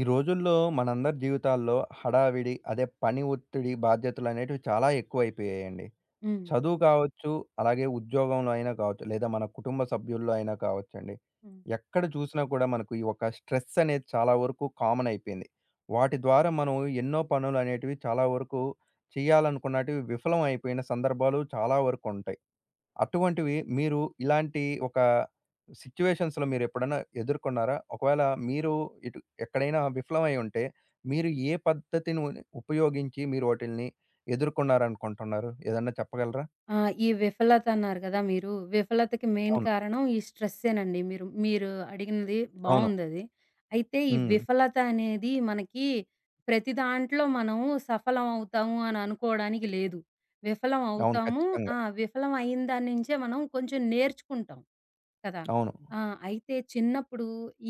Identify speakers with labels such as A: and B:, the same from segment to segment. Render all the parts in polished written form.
A: ఈ రోజుల్లో మనందరి జీవితాల్లో హడావిడి, అదే పని ఒత్తిడి, బాధ్యతలనేటివి చాలా ఎక్కువైపోయాయండి.
B: హ్మ్.
A: చదువు కావచ్చు, అలాగే ఉద్యోగంలో అయినా కావచ్చు, లేదా మన కుటుంబ సభ్యుల్లో అయినా కావచ్చండి.
B: హ్మ్.
A: ఎక్కడ చూసినా కూడా మనకు ఈ ఒక స్ట్రెస్ అనేది చాలా వరకు కామన్ అయిపోయింది. వాటి ద్వారా మనం ఎన్నో పనులనేటివి చాలా వరకు చేయాలనుకున్నటివి విఫలం అయిపోయిన సందర్భాలు చాలా వరకు ఉంటాయి. అటువంటివి మీరు ఇలాంటి ఒక సిట్యుయేషన్స్‌లో మీరెప్పుడన్నా ఎదుర్కొన్నారా? ఒకవేళ మీరు ఇటు ఎక్కడైనా విఫలమై ఉంటే, మీరు ఏ పద్ధతిని ఉపయోగించి మీరు వాటిల్ని ఎదుర్కొన్నారనుకుంటున్నారు? ఏదన్నా చెప్పగలరా?
B: ఆ! ఈ విఫలత అన్నారు కదా మీరు. విఫలతకి మెయిన్
A: అవును.
B: కారణం ఈ స్ట్రెస్సేనండి. మీరు మీరు అడిగినది
A: అవును.
B: బావుందది. అయితే ఈ
A: హ్మ్.
B: విఫలత అనేది మనకి ప్రతి దాంట్లో మనం సఫలం అవుతాము అని అనుకోవడానికి లేదు. విఫలం
A: అవును.
B: అవుతాము.
A: ఖచ్చితంగా.
B: ఆ! విఫలం అయిన దాని నుంచే మనం కొంచెం నేర్చుకుంటాం కదా!
A: అవును.
B: ఆ! అయితే చిన్నప్పుడు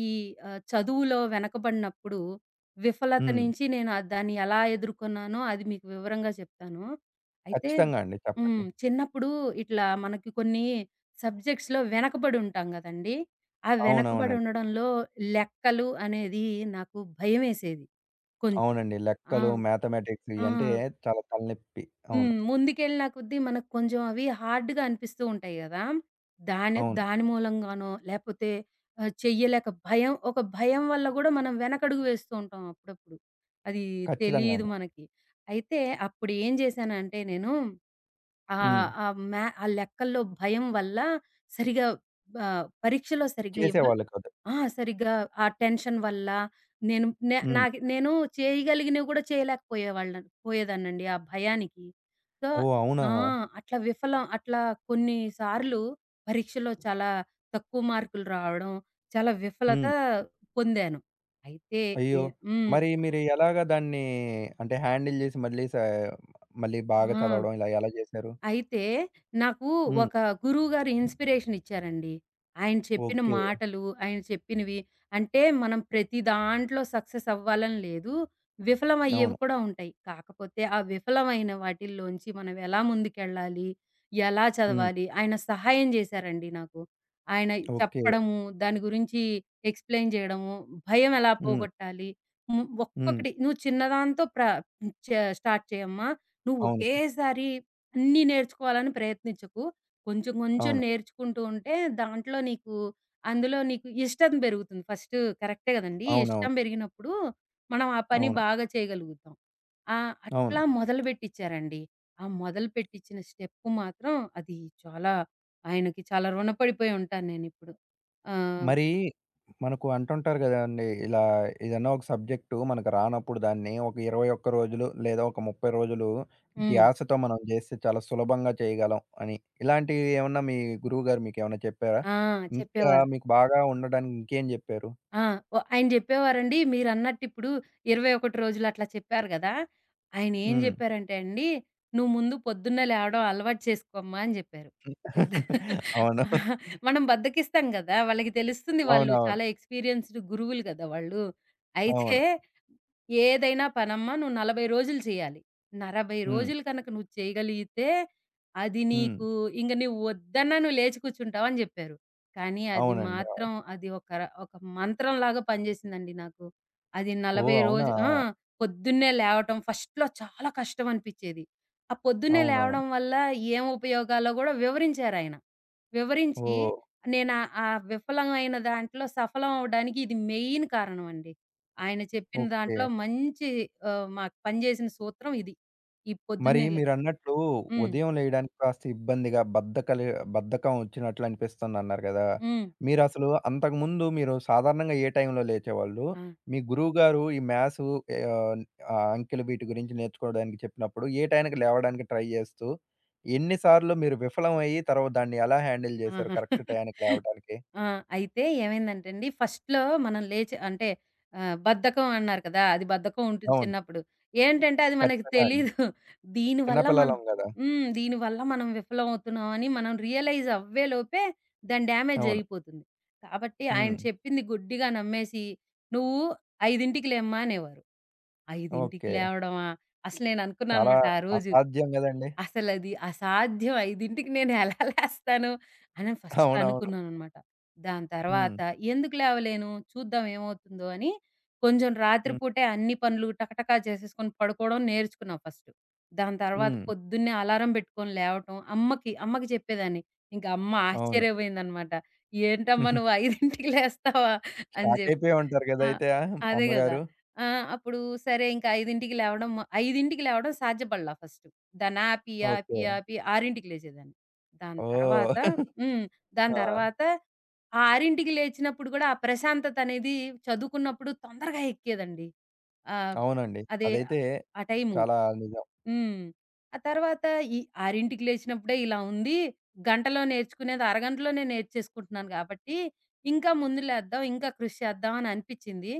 B: ఈ చదువులో వెనకబడినప్పుడు విఫలత
A: హ్మ్.
B: నుంచి నేను దాన్ని ఎలా ఎదుర్కొన్నానో అది మీకు వివరంగా చెప్తాను. అయితే
A: ఖచ్చితంగా అండి,
B: హ్మ్.
A: చెప్పండి.
B: చిన్నప్పుడు ఇట్లా మనకి కొన్ని సబ్జెక్ట్స్‌లో వెనకబడి ఉంటాం గదండీ! ఆ వెనకబడి
A: అవునవునండి.
B: ఉండడంలో లెక్కలు అనేది నాకు భయమేసేది కొంచెం.
A: అవునండి,
B: ఆ!
A: లెక్కలు, మ్యాథమెటిక్స్
B: ఆ!
A: ఇయంటే చాలా తలనొప్పి. అవును.
B: హ్మ్. ముందుకెళ్ళిన కొద్దీ మనకు కొంచెం అవి హార్డ్‌గా అనిపిస్తూ ఉంటాయి గదా! దాని
A: అవును.
B: దాని మూలంగానో లేపోతే చెయ్యలేక ఒక భయం వల్ల గూడా మనం వెనకడుగు వేస్తూ ఉంటాం అప్పుడప్పుడు. అది
A: ఖచ్చితంగా
B: తెలీదు
A: అండి.
B: మనకి. అయితే అప్పుడు ఏం జేశానంటే నేను
A: హ్మ్.
B: ఆహ్, ఆ మ్యా ఆ లెక్కల్లో భయం వల్ల సరిగా పరీక్షలో సరిగ్గా ఇవ్వలే
A: చేసేవాళ్ళు కాదు.
B: ఆ! సరిగ్గా ఆ టెన్షన్ వల్ల నేను నే
A: హ్మ్.
B: నాకు నేను చేయగలిగినవి కూడా చేయలేకపోయేవాళ్ళని పోయేదాన్నండి ఆ భయానికి. సో
A: ఓహ్! అవునా?
B: ఆ! అట్లా కొన్ని సార్లు పరీక్షలో చాలా తక్కువ మార్కులు రావడం, చాలా విఫలత
A: హ్మ్.
B: పొందాను. అయితే
A: అయ్యో!
B: ఏ హ్మ్.
A: మరి మీరు ఎలాగా దాన్ని, అంటే హ్యాండిల్ జేసి మళ్ళీ సా మళ్ళీ బాగా
B: ఆ!
A: చదవడం ఇలా ఎలా జేశారు?
B: అయితే నాకు
A: హ్మ్.
B: ఒక గురువుగారు ఇన్‌స్పిరేషన్ ఇచ్చారండి. ఆయన చెప్పిన
A: ఓకే.
B: మాటలు, ఆయన చెప్పినవి అంటే మనం ప్రతి దాంట్లో సక్సెస్ అవ్వాలని లేదు. విఫలమయ్యేవి
A: అవును.
B: కూడా ఉంటాయి. కాకపోతే ఆ విఫలమైన వాటిల్లోంచి మనం ఎలా ముందుకెళ్ళాలి? ఎలా
A: హ్మ్.
B: చదవాలి? ఆయన సహాయం చేశారండి నాకు. ఆయన
A: ఓకే.
B: చెప్పడము, దాని గురించి ఎక్స్‌ప్లెయిన్ చేయడము, భయం ఎలా
A: హ్మ్.
B: పోగొట్టాలి? హ్మ్.
A: హ్మ్.
B: ఒక్కొక్కటి నువ్వు చిన్నదాంతో ప్ర చ స్టార్ట్ చేయమ్మా. నువ్వు
A: అవును.
B: ఒకేసారి అన్నీ నేర్చుకోవాలని ప్రయత్నించకు. కొంచెం కొంచెం
A: అవును.
B: నేర్చుకుంటూ ఉంటే దాంట్లో నీకు అందులో నీకు ఇష్టం పెరుగుతుంది. ఫస్ట్ కరెక్టే గదండీ! ఇష్టం
A: అవునవును.
B: పెరిగినప్పుడు మనం ఆ పని
A: అవును.
B: బాగా చేయగలుగుతాం.
A: అవును.
B: అట్లా మొదలుపెట్టిచ్చారండి. ఆ మొదలుపెట్టిచ్చిన స్టెప్ మాత్రం అది చాలా ఆయనకి చాలా రుణపడిపోయి ఉంటాను నేనిప్పుడు. ఆహ్,
A: మరి మనకు అంటుంటారు గదండీ! ఇలా ఏదన్నా ఒక సబ్జెక్టు మనకు రానప్పుడు దాన్ని ఒక 21 రోజులు లేదా ఒక 30 రోజులు
B: హ్మ్.
A: ధ్యాసతో మనం జేస్తే చాలా సులభంగా చేయగలం అని. ఇలాంటివి ఏమన్నా మీ గురువుగారు మీకేమన్నా చెప్పారా?
B: ఆ!
A: ఇంకా
B: చెప్పేవారు.
A: మీకు బాగా ఉండడానికి ఇంకేం జెప్పారు?
B: ఆ! ఓ ఆయన జెప్పేవారండి. మీరన్నట్టిప్పుడు 21 రోజులు అట్లా చెప్పారు గదా! ఆయనేం
A: హ్మ్.
B: జెప్పారంటే అండి, "నువ్వు ముందు పొద్దున్నే లేవడం అలవాటు చేసుకోమ్మా" అని జెప్పారు. పొద్దు
A: అవును.
B: మనం బద్ధకిస్తాం గదా! వాళ్ళకి తెలుస్తుంది, వాళ్ళు
A: అవునవును.
B: చాలా ఎక్స్‌పీరియన్స్‌డ్ గురువులు గదా వాళ్ళు! అయితే
A: అవును.
B: "ఏదైనా పనమ్మా నువ్వు 40 రోజులు చేయాలి. 40
A: హ్మ్.
B: రోజులు కనుక నువ్వు చేయగలిగితే, అది
A: హ్మ్.
B: నీకు ఇంక నువ్వు వద్దన్నా నువ్వు లేచి కూర్చుంటావు" అని జెప్పారు. కానీ అది
A: అవునండి.
B: మాత్రం అది ఒక ర ఒక మంత్రంలాగా పనిజేసిందండి నాకు. అది 40
A: ఓహ్! అవునా?
B: రోజు ఆ! పొద్దున్నే లేవటం ఫస్ట్‌లో చాలా కష్టం అనిపిచ్చేది. ఆ పొద్దున్నే
A: అవునవును.
B: లేవడం వల్ల ఏం ఉపయోగాలో గూడా వివరించారాయన. వివరించి
A: ఓహ్!
B: నేను ఆ ఆ విఫలమైన దాంట్లో సఫలం అవ్వడానికి ఇది మెయిన్ కారణమండి. ఆయన చెప్పిన
A: ఓకే.
B: దాంట్లో మంచి మాకు పనిచేసిన సూత్రం ఇది. ఈ
A: మరి
B: పొద్దున్నే లే
A: మీరన్నట్లు
B: హ్మ్.
A: ఉదయం లేయడానికి కాస్త ఇబ్బందిగా బద్ధకం వచ్చినట్లు అనిపిస్తుందన్నారు కదా!
B: హ్మ్.
A: మీరసలు అంతకుముందు మీరు సాధారణంగా ఏ టైంలో లేచేవాళ్ళు?
B: ఆ!
A: మీ గురువుగారు ఈ మ్యాథ్స్, ఆహ్, ఆహ్, అంకెలు వీటి గురించి నేర్చుకోవడానికి చెప్పినప్పుడు ఏ టైంకి లేవడానికి ట్రై చేస్తూ, ఎన్ని సార్లు మీరు విఫలమయ్యి తర్వాత దాన్ని ఎలా హ్యాండిల్ చేశారు
B: ఆహా!
A: కరెక్ట్ టయానికి లేవడానికి?
B: ఆ! అయితే ఏమైందంటేండి ఫస్ట్‌లో మనం లేచి అంటే బద్ధకం అన్నారు కదా! అది బద్ధకం ఉంటుంది
A: అవును.
B: చిన్నప్పుడు. ఏంటంటే అది మనకి
A: ఖచ్చితంగా అండి.
B: తెలీదు.
A: చిన్న
B: దీనివల్ల మనం
A: పిల్లలం గదా!
B: హ్మ్. దీనివల్ల మనం విఫలమవుతున్నామని మనం రియలైజ్ అవ్వే లోపే దాని డ్యామేజ్
A: అవును.
B: జరిగిపోతుంది. కాబట్టి ఆయన
A: హ్మ్.
B: చెప్పింది గుడ్డిగా నమ్మేసి "నువ్వు 5కి లేమ్మా" అనేవారు. 5కి
A: ఓకే.
B: లేవడమా? అసలు నేను
A: చాలా
B: అనుకున్నాననమాట ఆ రోజు.
A: అసాధ్యం గదండీ!
B: అసలది అసాధ్యం, 5కి నేను ఎలా లేస్తాను అని ఫస్ట్
A: అవునవును.
B: అనుకున్నాననమాట. దాని
A: హ్మ్.
B: తర్వాత ఎందుకు లేవలేను, చూద్దాం ఏమవుతుందో అని కొంచెం
A: హ్మ్.
B: రాత్రిపూటే అన్ని పనులు టకటకా చేసేసుకొని పడుకోవడం నేర్చుకున్నా ఫస్ట్. దాని తర్వాత
A: హ్మ్.
B: పొద్దున్నే అలారం పెట్టుకొని లేవటం అమ్మకి చెప్పేదాన్ని. ఇంక అమ్మ
A: అవును.
B: ఆశ్చర్యపోయిందనమాట. "ఏంటమ్మా నువ్వు 5కి లేస్తావా?" అని
A: షాక్
B: జెప్పి.
A: అయిపోయి ఉంటారు గదా!
B: ఆ!
A: అయితే ఆ
B: అదే గదా!
A: అమ్మగారు.
B: ఆ! అప్పుడు సరే ఇంక 5కి లేవడం సాధ్యపడలా ఫస్ట్. దాన్ని ఆపి, ఆపి,
A: ఓకే.
B: ఆపి 6కి లేచేదాన్ని. దాని తర్వాత
A: ఓహ్!
B: హ్మ్. దాని
A: ఆ!
B: తర్వాత ఆ 6కి లేచినప్పుడు గూడా, ఆ ప్రశాంతతనేది చదువుకున్నప్పుడు తొందరగా ఎక్కేదండి. ఆహ్,
A: అవునండి.
B: అదే
A: అదైతే
B: ఆ టైము.
A: చాలా నిజం.
B: హ్మ్. ఆ తర్వాత ఈ 6కి లేచినప్పుడే ఇలా ఉంది. గంటలో నేర్చుకునేది అరగంటలోనే నేర్చేసుకుంటున్నాను గాబట్టి, ఇంకా ముందు లేద్దాం, ఇంకా కృషి చేద్దాం అని అనిపిచ్చింది.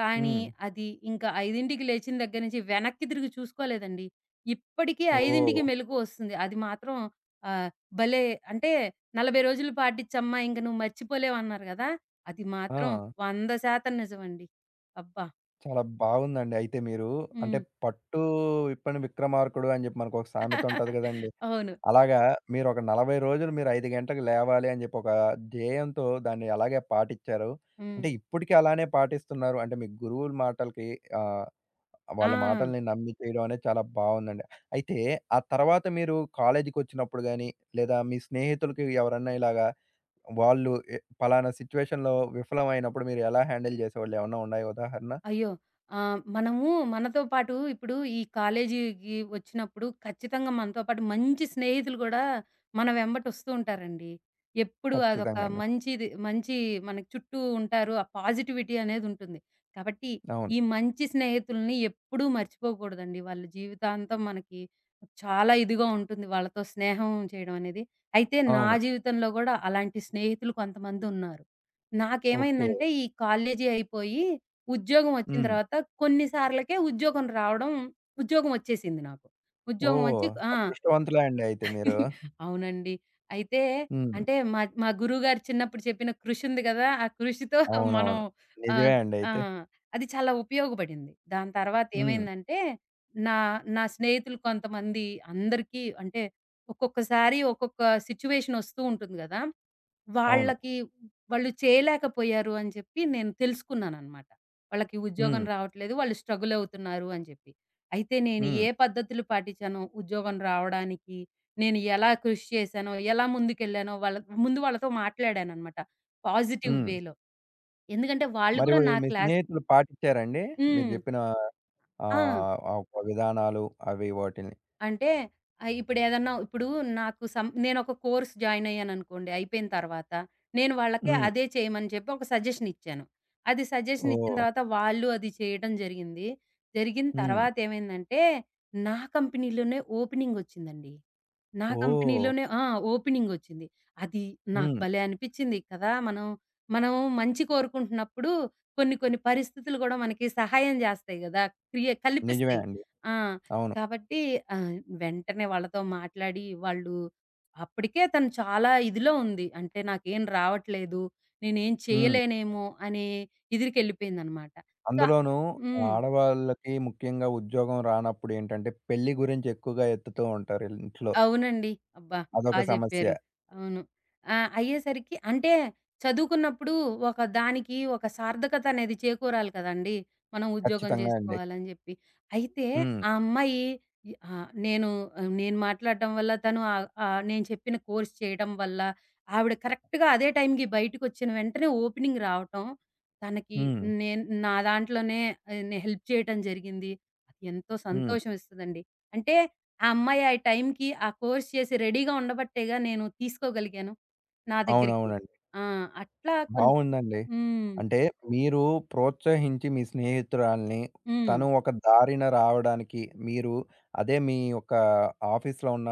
B: కానీ
A: హ్మ్.
B: అది ఇంకా 5కి లేచిన దగ్గర నుంచి వెనక్కి తిరిగి చూసుకోలేదండి. ఇప్పటికీ
A: ఓహ్!
B: 5కి మెలుకువ ఒస్తుంది. అది మాత్రం ఆహ్ భలే! అంటే 40 రోజులు పాటించమ్మా ఇంక నువ్వు మర్చిపోలేవన్నారు గదా! అది మాత్రం
A: ఆ!
B: 100% నిజమండి. అబ్బా!
A: చాలా బాగుందండి. అయితే మీరు, అంటే,
B: హ్మ్.
A: పట్టు విప్పని విక్రమార్కుడు అని జెప్పి మనకొక సామెత ఉంటది గదండీ.
B: అవును.
A: అలాగా మీరు ఒక 40 రోజులు మీరు 5 గంటలకు లేవాలి అని జెప్పి ఒక ధ్యేయంతో దాన్ని అలాగే పాటిచ్చారు.
B: హ్మ్.
A: అంటే ఇప్పటికి అలానే పాటిస్తున్నారు. అంటే మీ గురువుల మాటలకి, ఆహ్
B: ఆ!
A: వాళ్ళ మాటల్ని నమ్మి చేయడం అనేది చాలా బావుందండి. అయితే ఆ తర్వాత మీరు కాలేజీకొచ్చినప్పుడు గాని, లేదా మీ స్నేహితులకి ఎవరన్నా ఇలాగా వాళ్ళు ఎ పలానా సిట్యుయేషన్‌లో విఫలమైనప్పుడు మీరు ఎలా హ్యాండిల్ చేసేవాళ్ళు? ఏమన్నా ఉన్నాయా ఉదాహరణ?
B: అయ్యో! మనము మనతో పాటు ఇప్పుడు ఈ కాలేజీకి వచ్చినప్పుడు ఖచ్చితంగా మనతో పాటు మంచి స్నేహితులు గూడా మన వెంబటొస్తూ ఉంటారండి. ఎప్పుడు అదొక
A: ఖచ్చితంగా అండి.
B: మంచి మనకి చుట్టూ ఉంటారు. ఆ పాజిటివిటీ అనేదుంటుంది. కాబట్టి
A: అవును.
B: ఈ మంచి స్నేహితుల్ని ఎప్పుడూ మర్చిపోకూడదండి. వాళ్ళ జీవితాంతం మనకి చాలా ఇదిగా ఉంటుంది వాళ్ళతో స్నేహం చేయడం అనేది. అయితే నా
A: అవును.
B: జీవితంలో గూడా అలాంటి స్నేహితులు కొంతమందున్నారు.
A: ఓకే.
B: నాకేమైందంటే ఈ కాలేజీ అయిపోయి ఉద్యోగం వచ్చిన
A: హ్మ్.
B: తర్వాత కొన్ని సార్లకే ఉద్యోగం రావడం ఉద్యోగం వచ్చేసింది నాకు. ఉద్యోగం
A: ఓహ్!
B: వచ్చి ఆ!
A: అదృష్టవంతులే అండి అయితే మీరు.
B: అవునండి. అయితే
A: హ్మ్.
B: అంటే మా మా గురువుగారు చిన్నప్పుడు చెప్పిన కృషి ఉంది గదా! ఆ కృషితో మనం
A: అవునవును. నిజమే
B: ఆహ్,
A: అండి
B: ఆ!
A: అయితే.
B: అది చాలా ఉపయోగపడింది. దాని తర్వాత
A: హ్మ్.
B: ఏమైందంటే నా నా స్నేహితులు కొంతమంది అందరికీ అంటే ఒక్కొక్కసారి ఒక్కొక్క సిట్యుయేషన్ ఒస్తూ ఉంటుంది గదా!
A: అవును.
B: వాళ్ళకి వాళ్ళు చేయలేకపోయారు అని చెప్పి నేను తెలుసుకున్నాననమాట. వాళ్ళకి ఉద్యోగం
A: హ్మ్.
B: రావట్లేదు, వాళ్ళు స్ట్రగుల్ అవుతున్నారు అని చెప్పి. అయితే నేను
A: హ్మ్.
B: ఏ పద్ధతులు పాటించానో ఉద్యోగం రావడానికి, నేను ఎలా కృషి చేశానో, ఎలా ముందుకెళ్ళానో వాళ్ళ ముందు వాళ్ళతో మాట్లాడాననమాట. పాజిటివ్
A: హ్మ్.
B: వేలో. ఎందుకంటే వాళ్ళు
A: మరి
B: కూడా నా
A: మీ
B: క్లాస్
A: స్నేహితులు పాటించారండి? మీరు
B: హ్మ్.
A: చెప్పిన
B: ఆ!
A: ఆ ఒక విధానాలు, అవి వాటిల్ని.
B: అంటే ఇప్పుడు నాకు సం నేనొక కోర్స్ జాయిన్ అయ్యాననుకోండి, అయిపోయిన తర్వాత నేను వాళ్ళకి
A: హ్మ్.
B: అదే చేయమని చెప్పి ఒక సజెషన్ ఇచ్చాను. అది సజెషన్ ఇచ్చిన
A: ఓహ్!
B: తర్వాత వాళ్ళు అది చేయడం జరిగింది. జరిగిన
A: హ్మ్.
B: తర్వాత ఏమైందంటే, నా కంపెనీలోనే ఓపెనింగొచ్చిందండి. నా
A: ఓహ్!
B: కంపెనీలోనే ఆ! ఓపెనింగొచ్చింది. అది నాకు
A: హ్మ్.
B: భలే అనిపిచ్చింది కదా! మనం మంచి కోరుకుంటున్నప్పుడు కొన్ని కొన్ని పరిస్థితులు గూడా మనకి సహాయం జేస్తాయి గదా! క్రియ
A: నిజమే
B: కల్పిస్తాయి.
A: అండి.
B: ఆ!
A: అవును.
B: కాబట్టి ఆహ్, వెంటనే వాళ్ళతో మాట్లాడి వాళ్ళు అప్పటికే తను చాలా ఇదిలో ఉంది. అంటే నాకేం రావట్లేదు, నేనేం
A: హ్మ్.
B: చేయలేనేమో అనే ఇదిరికెళ్ళిపోయిందనమాట. సో
A: అందులోనూ
B: హ్మ్.
A: ఆడవాళ్ళకి ముఖ్యంగా ఉద్యోగం రానప్పుడు ఏంటంటే పెళ్లి గురించి ఎక్కువగా ఎత్తుతూ ఉంటారు ఇంట్లో.
B: అవునండి. అబ్బా! బా
A: అదొక సమస్య.
B: జెప్పారు. అవును. అయ్యేసరికి అంటే చదువుకున్నప్పుడు ఒక దానికి ఒక సార్థకత అనేది చేకూరాలి కదండీ! మనం ఉద్యోగం
A: ఖచ్చితంగా అండి.
B: జేసుకోవాలని జెప్పి. అయితే
A: హ్మ్.
B: ఆ అమ్మాయి ఇ ఆహ్, నేను ఆహ్, నేను మాట్లాడటం వల్ల తను ఆహ్, ఆహ్, నేను చెప్పిన కోర్స్ చేయడం వల్ల ఆవిడ కరెక్ట్‌గా అదే టైంకి బయటికొచ్చిన వెంటనే ఓపెనింగ్ రావటం, తనకి
A: హ్మ్.
B: నా దాంట్లోనే ఆహ్, నే హెల్ప్ చేయటం జరిగింది. అది ఎంతో
A: హ్మ్.
B: సంతోషం ఇస్తదండి. అంటే ఆ అమ్మాయి ఆ టైంకి ఆ కోర్స్ చేసి రెడీగా ఉండబట్టేగా నేను తీసుకోగలిగాను నా దగ్గరికి.
A: అవునవునండి.
B: ఆ! అట్లా కొన్ని
A: బావుందండి.
B: హ్మ్.
A: అంటే మీరు ప్రోత్సహించి మీ స్నేహితురాల్ని,
B: హ్మ్.
A: తను ఒక దారిన రావడానికి, మీరు అదే మీ యొక్క ఆఫీస్‌లో ఉన్న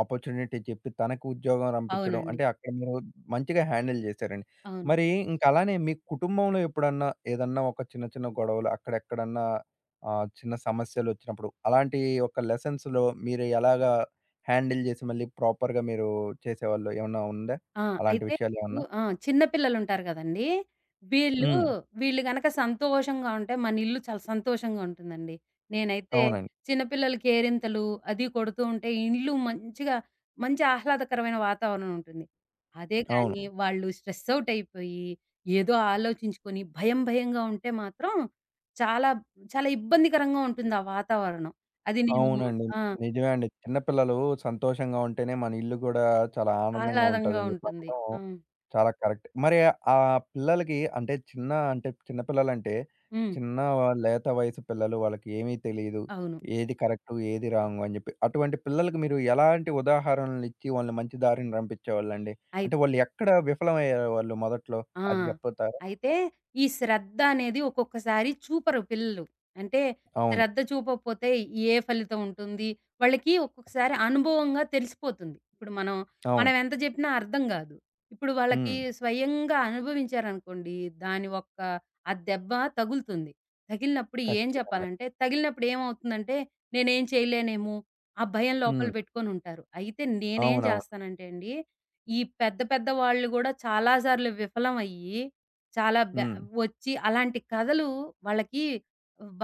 A: ఆపర్చునిటీ చెప్పి తనకు ఉద్యోగం రంపించడం
B: అవునండి.
A: అంటే అక్కడ మీరు మంచిగా హ్యాండిల్ జేశారండి.
B: అవును.
A: మరి ఇంక అలానే మీ కుటుంబంలో ఎప్పుడన్నా ఏదన్నా ఒక చిన్న చిన్న గొడవలు అక్కడెక్కడన్నా, చిన్న సమస్యలొచ్చినప్పుడు అలాంటి ఒక లెసన్స్‌లో మీరు ఎలాగా హ్యాండిల్ జేసి మళ్ళీ ప్రాపర్‌గా మీరు చేసేవాళ్ళు ఏమన్నా ఉందా?
B: ఆ!
A: అలాంటి
B: అయితే ఇప్పుడు
A: విషయాలేమన్నా?
B: ఆ! చిన్న పిల్లలుంటారు గదండీ! వీళ్ళు,
A: హ్మ్.
B: వీళ్ళు గనక సంతోషంగా ఉంటే మన ఇల్లు చాలా సంతోషంగా ఉంటుందండి. నేనైతే
A: అవునండి.
B: చిన్నపిల్లలు కేరింతలు అది కొడుతూ ఉంటే ఇల్లు మంచి ఆహ్లాదకరమైన వాతావరణం ఉంటుంది. అదే
A: అవును.
B: కానీ వాళ్ళు స్ట్రెస్ ఔట్ అయిపోయి, ఏదో ఆలోచించుకొని భయం భయంగా ఉంటే మాత్రం చాలా, చాలా ఇబ్బందికరంగా ఉంటుంది ఆ వాతావరణం. అది నేను హ్మ్.
A: అవునండి.
B: ఆ!
A: నిజమే అండి. చిన్న పిల్లలు సంతోషంగా ఉంటేనే మన ఇల్లు గూడా చాలా ఆనందంగా
B: ఆహ్లాదంగా
A: ఉంటదని జెప్పి
B: ఉంటుంది.
A: అనడం
B: ఆ!
A: చాలా కరెక్ట్. మరి ఆ పిల్లలకి అంటే చిన్న అంటే చిన్న పిల్లలంటే
B: హ్మ్.
A: చిన్న వ- లేత వయసు పిల్లలు వాళ్ళకి ఏమీ తెలీదు.
B: అవును.
A: ఏది కరెక్టు, ఏది రాంగు అని జెప్పి. అటువంటి పిల్లలకి మీరు ఎలాంటి ఉదాహరణలిచ్చి వాళ్ళని మంచి దారిని రంపించేవాళ్ళండి? అంటే
B: అయితే
A: వాళ్ళు ఎక్కడ విఫలమయ్యేవాళ్ళు మొదట్లో
B: ఆ!
A: అది జెప్పుతారా?
B: అయితే ఈ శ్రద్ధ అనేది ఒక్కొక్కసారి చూపరు పిల్లలు. అంటే
A: అవును.
B: శ్రద్ధ చూపకపోతే ఏ ఫలితం ఉంటుంది? వాళ్ళకి ఒక్కొక్కసారి అనుభవంగా తెలిసిపోతుంది. మనం
A: అవును.
B: ఎంత చెప్పినా అర్థం గాదు. ఇప్పుడు వాళ్ళకి
A: హ్మ్.
B: స్వయంగా అనుభవించారనుకోండి, దాని యొక్క ఆ దెబ్బ తగులుతుంది.
A: ఖచ్చితంగా.
B: తగిలినప్పుడు ఏమవుతుందంటే, నేనేం చేయలేనేమో! ఆ భయం లోపల
A: హ్మ్.
B: పెట్టుకొనుంటారు. అయితే నేనేం
A: అవునవును.
B: చేస్తానంటే అండి, ఈ పెద్ద పెద్ద వాళ్ళు గూడా చాలా సార్లు విఫలమయ్యి, చాలా బ
A: హ్మ్.
B: వచ్చి అలాంటి కథలు వాళ్ళకి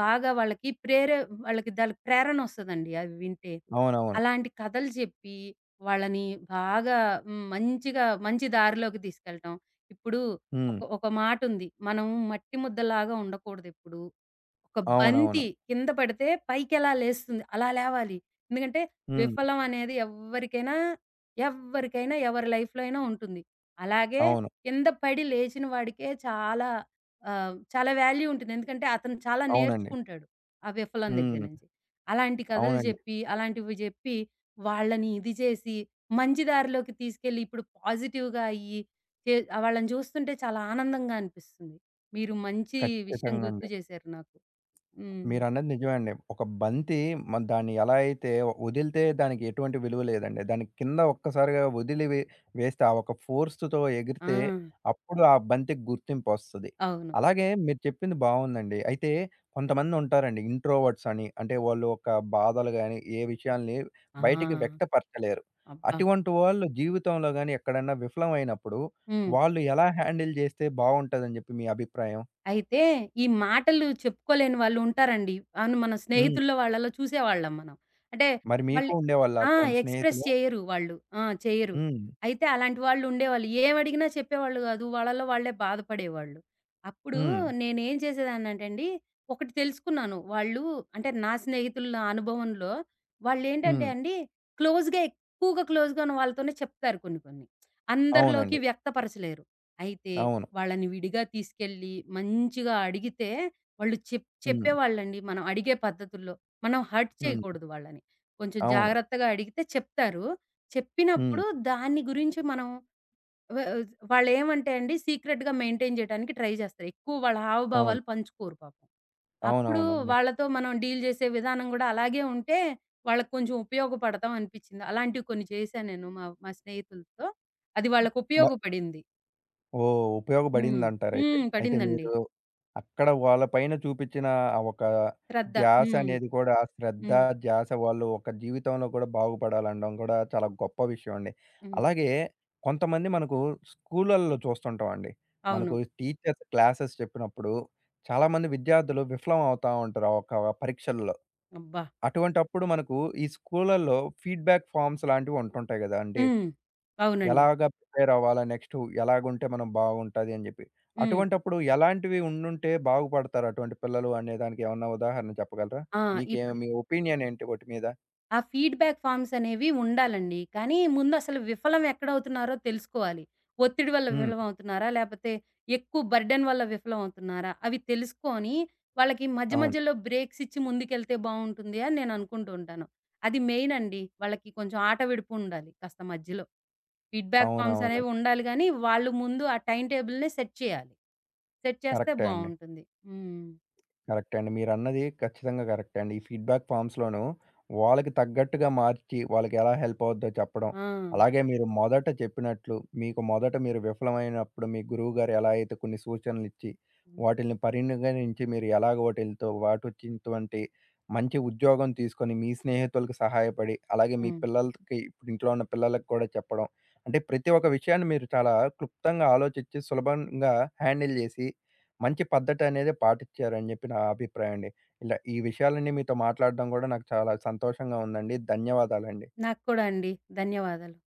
B: బాగా వాళ్ళకి ప్రేరే వాళ్ళకి దానికి ప్రేరణొస్తదండి అవి వింటే.
A: అవునవును.
B: అలాంటి కథలు చెప్పి, వాళ్ళని బాగా హ్మ్, మంచిగా మంచి దారిలోకి తీసుకెళ్ళటం. ఇప్పుడు
A: హ్మ్.
B: ఒక ఒక మాటుంది. మనం మట్టి ముద్దలాగా ఉండకూడదెప్పుడు. ఒక
A: అవునవును.
B: బంతి కింద పడితే పైకెలా లేస్తుంది, అలా లేవాలి. ఎందుకంటే
A: హ్మ్.
B: విఫలం అనేది ఎవ్వరికైనా, ఎవ్వరికైనా ఎవరి లైఫ్‌లో అయినా ఉంటుంది. అలాగే
A: అవును.
B: కింద పడి లేచిన వాడికే చాలా చాలా వాల్యూ ఉంటుంది. ఎందుకంటే అతను చాలా
A: అవునండి.
B: నేర్చుకుంటాడు ఆ విఫలం దగ్గర
A: హ్మ్.
B: నుంచి. అలాంటి కథలు
A: అవునండి.
B: జెప్పి, అలాంటివి జెప్పి వాళ్ళని ఇది చేసి, మంచి దారిలోకి తీసుకెళ్ళి ఇప్పుడు పాజిటివ్‌గా అయ్యి చే వాళ్ళని చూస్తుంటే చాలా ఆనందంగా అనిపిస్తుంది. మీరు మంచి విషయం
A: ఖచ్చితంగా
B: గుర్తు
A: అండి.
B: చేశారు నాకు. హ్మ్.
A: మీరన్నది నిజమే అండి. ఒక బంతి, మరి దాన్ని ఎలా అయితే వదిలితే దానికి ఎటువంటి విలువ లేదండి. దాని కింద ఒక్కసారిగా వదిలి వే వేస్తే ఆ ఒక ఫోర్స్‌తో
B: ఆ!
A: ఎగిరితే అప్పుడు ఆ బంతికి గుర్తింపొస్తది.
B: అవును.
A: అలాగే మీరు చెప్పింది బావుందండి. అయితే కొంతమంది ఉంటారండి ఇంట్రోవర్ట్స్ అని. అంటే వాళ్ళు ఒక బాధలు గాని, ఏ విషయాల్ని
B: ఆ!
A: బయటికి వ్యక్తపరచలేరు.
B: అబ్బా!
A: అటువంటి వాళ్ళు జీవితంలో గాని ఎక్కడన్నా విఫలమైనప్పుడు
B: హ్మ్.
A: వాళ్ళు ఎలా హ్యాండిల్ చేస్తే బావుంటదని చెప్పి మీ అభిప్రాయం?
B: అయితే, ఈ మాటలు చెప్పుకోలేని వాళ్ళు ఉంటారండి. అవును. మన
A: హ్మ్.
B: స్నేహితుల్లో వాళ్ళలో చూసేవాళ్ళం మనం. అంటే
A: మరి మీకు
B: వాళ్ళు
A: ఉండేవాళ్ళా
B: ఆ!
A: అటువంటి
B: ఎక్స్‌ప్రెస్
A: స్నేహితులు?
B: చేయరు వాళ్ళు. ఆ! చేయరు.
A: హ్మ్.
B: అయితే అలాంటి వాళ్ళు ఉండేవాళ్ళు. ఏమడిగినా చెప్పేవాళ్ళు గాదు. వాళ్ళలో వాళ్ళే బాధపడేవాళ్ళు. అప్పుడు
A: హ్మ్.
B: నేనేం చేసేదాన్నంటండి, ఒకటి తెలుసుకున్నాను. వాళ్ళు అంటే నా స్నేహితుల నా అనుభవంలో వాళ్ళేంటంటే
A: హ్మ్.
B: అండి, క్లోజ్‌గా ఉన్న వాళ్ళతోనే చెప్తారు కొన్ని కొన్ని. అందరిలోకి
A: అవునండి.
B: వ్యక్తపరచలేరు. అయితే
A: అవును.
B: వాళ్ళని విడిగా తీసుకెళ్ళి మంచిగా అడిగితే వాళ్ళు
A: హ్మ్.
B: చెప్పేవాళ్ళండి మనం అడిగే పద్ధతుల్లో. మనం హర్ట్
A: హ్మ్.
B: చేయకూడదు వాళ్ళని. కొంచెం
A: అవును.
B: జాగ్రత్తగా అడిగితే చెప్తారు.
A: హ్మ్.
B: చెప్పినప్పుడు దాన్ని గురించి మనం వ వాళ్ళేమంటే అండి సీక్రెట్‌గా మెయింటైన్ చేయడానికి ట్రై చేస్తారు. ఎక్కువ వాళ్ళ
A: అవును.
B: హావభావాలు పంచుకోరు పాపం. అప్పుడు
A: అవునవునండి.
B: వాళ్ళతో మనం డీల్ చేసే విధానం కూడా అలాగే ఉంటే వాళ్ళకి కొంచెం ఉపయోగపడతాం అనిపిచ్చింది. అలాంటివి కొన్ని చేశా నేను మా మా స్నేహితులతో. అది వాళ్ళకి
A: మ
B: ఉపయోగపడింది.
A: ఓహ్!
B: హ్మ్.
A: ఉపయోగపడిందంటారయితే.
B: హ్మ్.
A: అయితే
B: పడిందండి.
A: మీరు అక్కడ వాళ్ళ పైన చూపిచ్చిన ఆ ఒక
B: రద్ద.
A: ధ్యాస
B: హ్మ్.
A: అనేది కూడా, శ్రద్ధ,
B: హ్మ్.
A: ధ్యాస వాళ్ళు ఒక జీవితంలో కూడా బాగుపడాలనడం కూడా చాలా గొప్ప విషయం అండి.
B: హ్మ్.
A: అలాగే కొంతమంది మనకు స్కూళ్ళల్లో చూస్తుంటామండి.
B: అవును.
A: మనకు టీచర్స్ క్లాసెస్ చెప్పినప్పుడు చాలామంది విద్యార్థులు విఫలం అవుతా ఉంటారు ఆ ఒక పరీక్షల్లో.
B: అబ్బా!
A: అటువంటప్పుడు మనకు ఈ స్కూళ్ళల్లో ఫీడ్‌బ్యాక్ ఫార్మ్స్ లాంటివుంటుంటాయి గదండీ!
B: హ్మ్. అవునండి.
A: ఎలాగా ప్రిపేరవ్వాలా? నెక్స్టు ఎలాగుంటే మనం బావుంటది అని జెప్పి.
B: హ్మ్.
A: అటువంటప్పుడు ఎలాంటివి ఉండుంటే బాగుపడతారు అటువంటి పిల్లలు అనే దానికి ఏమన్నా ఉదాహరణ చెప్పగలరా?
B: ఆ!
A: మీకే
B: ఇప్పుడు
A: మీ ఒపీనియన్ ఏంటి వాటి మీద?
B: ఆ ఫీడ్‌బ్యాక్ ఫార్మ్స్ అనేవి ఉండాలండి. కానీ ముందు అసలు విఫలం ఎక్కడవుతున్నారో తెలుసుకోవాలి. ఒత్తిడి వల్ల
A: హ్మ్.
B: విఫలమవుతున్నారా? లేపోతే ఎక్కువ బర్డెన్ వల్ల విఫలమవుతున్నారా? అవి తెలుసుకొని వాళ్ళకి మధ్య
A: అవును.
B: మధ్యలో బ్రేక్స్ ఇచ్చి ముందుకెళ్తే బావుంటుంది అని నేను అనుకుంటూ ఉంటాను. అది మెయిన్ అండి. వాళ్ళకి కొంచెం ఆట విడుపు ఉండాలి కాస్త మధ్యలో. ఫీడ్‌బ్యాక్ ఫార్మ్స్ అనేవి
A: అవునవునండి.
B: ఉండాలి గానీ, వాళ్ళు ముందు ఆ టైమ్ టేబుల్‌ని సెట్ చేయాలి. సెట్ చేస్తే
A: కరెక్టే అండి.
B: బావుంటుంది. హ్మ్.
A: కరెక్టే అండి. మీరన్నది ఖచ్చితంగా కరెక్టే అండి. ఈ ఫీడ్‌బ్యాక్ ఫార్మ్స్‌లోనూ వాళ్ళకి తగ్గట్టుగా మార్చి, వాళ్ళకెలా హెల్ప్ అవుద్దో చెప్పడం.
B: ఆ!
A: అలాగే మీరు మొదట చెప్పినట్లు, మీకు మొదట మీరు విఫలమైనప్పుడు మీ గురువుగారు ఎలా అయితే కొన్ని సూచనలిచ్చి, వాటిల్ని పరిగణించి మీరు ఎలాగ వాటిలతో వాటొచ్చినటువంటి మంచి ఉద్యోగం తీసుకొని, మీ స్నేహితులకు సహాయపడి, అలాగే మీ
B: హ్మ్.
A: పిల్లలకి ఇప్పుడు ఇంట్లో ఉన్న పిల్లలకి కూడా చెప్పడం. అంటే ప్రతి ఒక్క విషయాన్ని మీరు చాలా క్లుప్తంగా ఆలోచించి, సులభంగా హ్యాండిల్ చేసి మంచి పద్ధతనేదే పాటిచ్చారని జెప్పి నా అభిప్రాయం అండి. ఇలా ఈ విషయాలన్నీ మీతో మాట్లాడడం గూడా నాకు చాలా సంతోషంగా ఉందండి. ధన్యవాదాలండి.
B: నాకు కూడా అండి. ధన్యవాదాలు.